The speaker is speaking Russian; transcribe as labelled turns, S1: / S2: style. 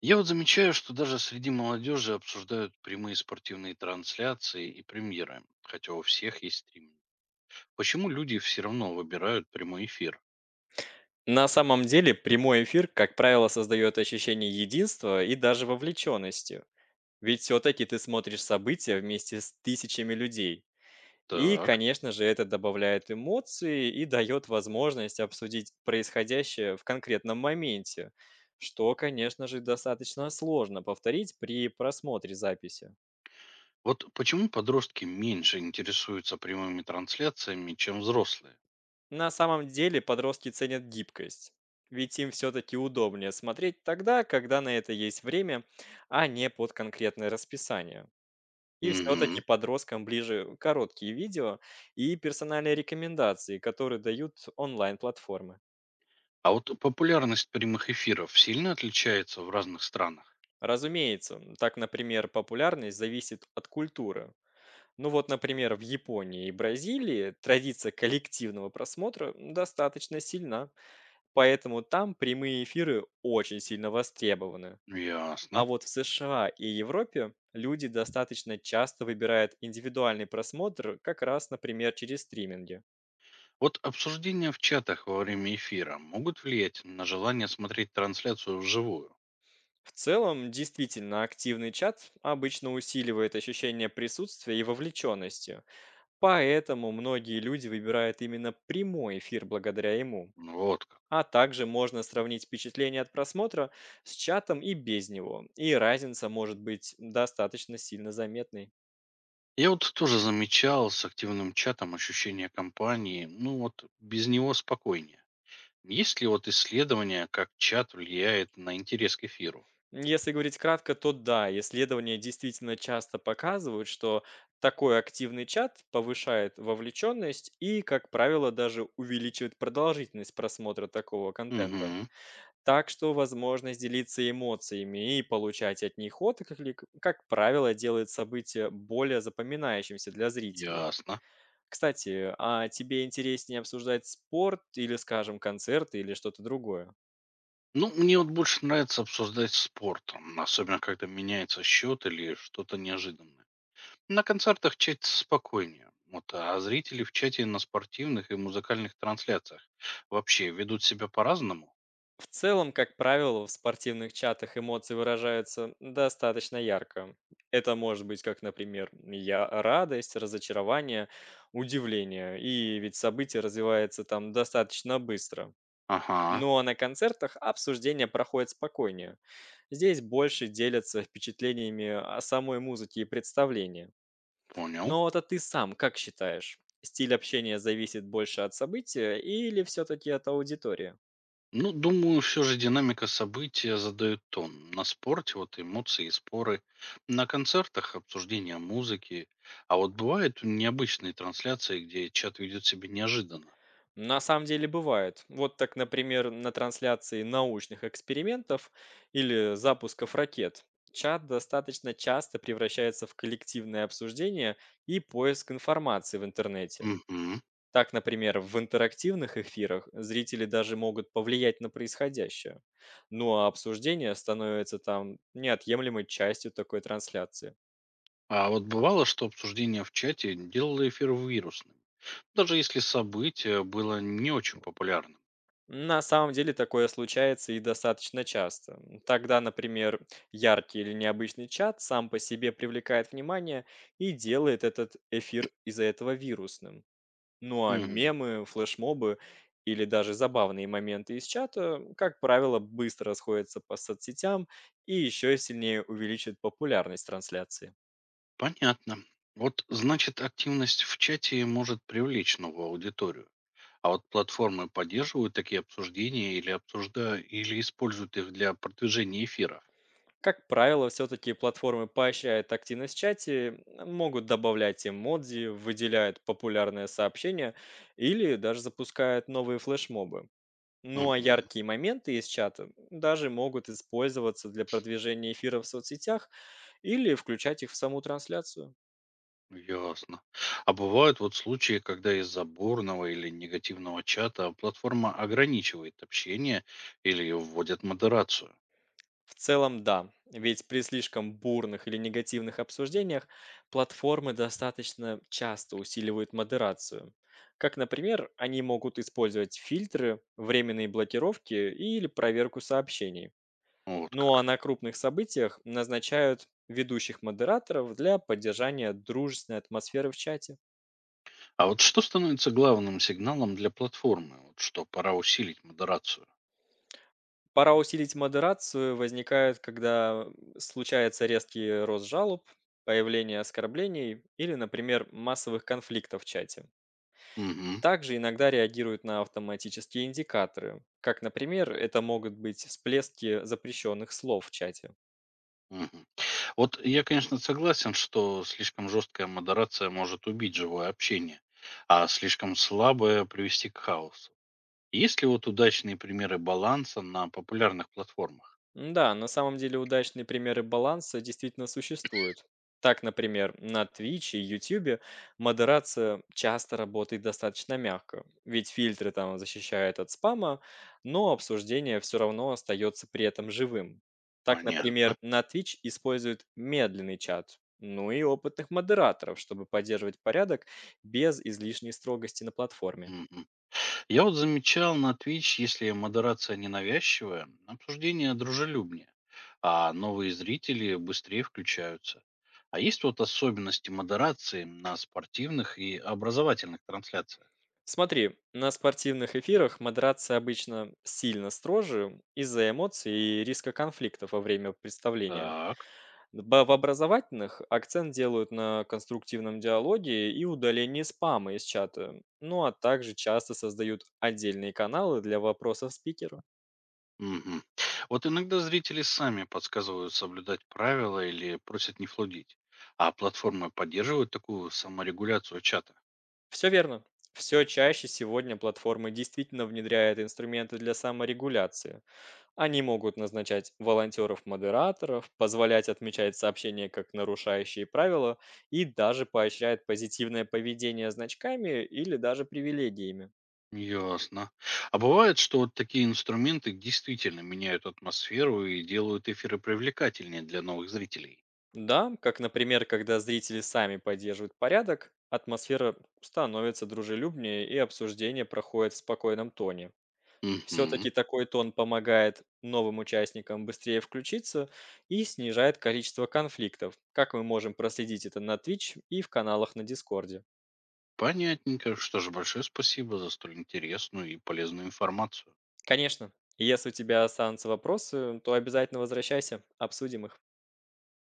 S1: Я вот замечаю, что даже среди молодежи обсуждают прямые спортивные трансляции и премьеры, хотя у всех есть стриминг. Почему люди все равно выбирают прямой эфир?
S2: На самом деле прямой эфир, как правило, создает ощущение единства и даже вовлеченности. Ведь все-таки ты смотришь события вместе с тысячами людей. И,
S1: Так,
S2: конечно же, это добавляет эмоции и дает возможность обсудить происходящее в конкретном моменте, что, конечно же, достаточно сложно повторить при просмотре записи.
S1: вот почему подростки меньше интересуются прямыми трансляциями, чем взрослые?
S2: На самом деле подростки ценят гибкость, ведь им все-таки удобнее смотреть тогда, когда на это есть время, а не под конкретное расписание. И
S1: Угу.
S2: все-таки подросткам ближе короткие видео и персональные рекомендации, которые дают онлайн-платформы.
S1: А вот популярность прямых эфиров сильно отличается в разных странах?
S2: Разумеется, так, например, популярность зависит от культуры. Ну вот, например, в Японии и Бразилии традиция коллективного просмотра достаточно сильна, поэтому там прямые эфиры очень сильно востребованы. А
S1: Ясно.
S2: вот в США и Европе люди достаточно часто выбирают индивидуальный просмотр, как раз, например, через стриминги.
S1: Вот обсуждения в чатах во время эфира могут влиять на желание смотреть трансляцию вживую?
S2: В целом, действительно, активный чат обычно усиливает ощущение присутствия и вовлеченности. Поэтому многие люди выбирают именно прямой эфир благодаря ему.
S1: Вот как.
S2: А также можно сравнить впечатление от просмотра с чатом и без него. И разница может быть достаточно сильно заметной.
S1: Я вот тоже замечал с активным чатом ощущение компании, ну вот без него спокойнее. Есть ли вот исследования, как чат влияет на интерес к эфиру?
S2: Если говорить кратко, то да, исследования действительно часто показывают, что такой активный чат повышает вовлеченность и, как правило, даже увеличивает продолжительность просмотра такого контента.
S1: Угу,
S2: Так что возможность делиться эмоциями и получать от них отклик, как правило, делает событие более запоминающимся для зрителей.
S1: ясно.
S2: Кстати, а тебе интереснее обсуждать спорт или, скажем, концерты или что-то другое?
S1: Ну, мне вот больше нравится обсуждать спорт, особенно когда меняется счет или что-то неожиданное. На концертах чат спокойнее. Вот, а зрители в чате на спортивных и музыкальных трансляциях вообще ведут себя по-разному?
S2: В целом, как правило, в спортивных чатах эмоции выражаются достаточно ярко. Это может быть как, например, я радость, разочарование, удивление. И ведь событие развивается там достаточно быстро.
S1: Ага,
S2: Ну а на концертах обсуждение проходит спокойнее. Здесь больше делятся впечатлениями о самой музыке и представлении.
S1: понял.
S2: Но вот а ты сам как считаешь? Стиль общения зависит больше от события или все-таки от аудитории?
S1: Ну, думаю, все же динамика события задает тон. На спорте вот эмоции и споры, на концертах обсуждение музыки. А вот бывают необычные трансляции, где чат ведет себя неожиданно.
S2: На самом деле бывает. Вот так, например, на трансляции научных экспериментов или запусков ракет чат достаточно часто превращается в коллективное обсуждение и поиск информации в интернете.
S1: Мгм.
S2: Так, например, в интерактивных эфирах зрители даже могут повлиять на происходящее. Ну а обсуждение становится там неотъемлемой частью такой трансляции.
S1: А вот бывало, что обсуждение в чате делало эфир вирусным, даже если событие было не очень популярным.
S2: На самом деле такое случается и достаточно часто. Тогда, например, яркий или необычный чат сам по себе привлекает внимание и делает этот эфир из-за этого вирусным. Ну а
S1: Мгм.
S2: мемы, флешмобы или даже забавные моменты из чата, как правило, быстро расходятся по соцсетям и еще сильнее увеличивают популярность трансляции.
S1: Понятно. Вот, значит, активность в чате может привлечь новую аудиторию. А вот платформы поддерживают такие обсуждения или обсуждают, или используют их для продвижения эфиров?
S2: Как правило, все-таки платформы поощряют активность в чате, могут добавлять эмодзи, выделяют популярные сообщения или даже запускают новые флешмобы. Ну а
S1: Мгм,
S2: яркие моменты из чата даже могут использоваться для продвижения эфира в соцсетях или включать их в саму трансляцию.
S1: ясно. А бывают вот случаи, когда из-за бурного или негативного чата платформа ограничивает общение или вводит модерацию.
S2: В целом, да. Ведь при слишком бурных или негативных обсуждениях платформы достаточно часто усиливают модерацию. Как, например, они могут использовать фильтры, временные блокировки или проверку сообщений.
S1: Вот
S2: Ну а
S1: как.
S2: на крупных событиях назначают ведущих модераторов для поддержания дружественной атмосферы в чате.
S1: А вот что становится главным сигналом для платформы, вот что пора усилить модерацию?
S2: Пора усилить модерацию возникает, когда случается резкий рост жалоб, появление оскорблений или, например, массовых конфликтов в чате.
S1: Мгм,
S2: Также иногда реагируют на автоматические индикаторы, как, например, это могут быть всплески запрещенных слов в чате.
S1: мгм. Вот я, конечно, согласен, что слишком жесткая модерация может убить живое общение, а слишком слабое привести к хаосу. Есть ли вот удачные примеры баланса на популярных платформах?
S2: Да, на самом деле удачные примеры баланса действительно существуют. Так, например, на Twitch и YouTube модерация часто работает достаточно мягко, ведь фильтры там защищают от спама, но обсуждение все равно остается при этом живым. Так,
S1: Понятно.
S2: например, на Twitch используют медленный чат, ну и опытных модераторов, чтобы поддерживать порядок без излишней строгости на платформе.
S1: Мгм. Я вот замечал на Twitch, если модерация ненавязчивая, обсуждение дружелюбнее, а новые зрители быстрее включаются. А есть вот особенности модерации на спортивных и образовательных трансляциях?
S2: Смотри, на спортивных эфирах модерация обычно сильно строже из-за эмоций и риска конфликтов во время представления.
S1: Так.
S2: В образовательных акцент делают на конструктивном диалоге и удалении спама из чата, ну а также часто создают отдельные каналы для вопросов спикера.
S1: Мгм. Вот иногда зрители сами подсказывают соблюдать правила или просят не флудить. А платформы поддерживают такую саморегуляцию чата.
S2: Все верно. Все чаще сегодня платформы действительно внедряют инструменты для саморегуляции. Они могут назначать волонтеров-модераторов, позволять отмечать сообщения как нарушающие правила и даже поощряют позитивное поведение значками или даже привилегиями.
S1: Ясно. А бывает, что вот такие инструменты действительно меняют атмосферу и делают эфиры привлекательнее для новых зрителей.
S2: Да, как, например, когда зрители сами поддерживают порядок, атмосфера становится дружелюбнее и обсуждение проходит в спокойном тоне.
S1: Мгм.
S2: Все-таки такой тон помогает новым участникам быстрее включиться и снижает количество конфликтов, как мы можем проследить это на Twitch и в каналах на Дискорде.
S1: Понятненько. Что же, большое спасибо за столь интересную и полезную информацию.
S2: Конечно. Если у тебя останутся вопросы, то обязательно возвращайся, обсудим их.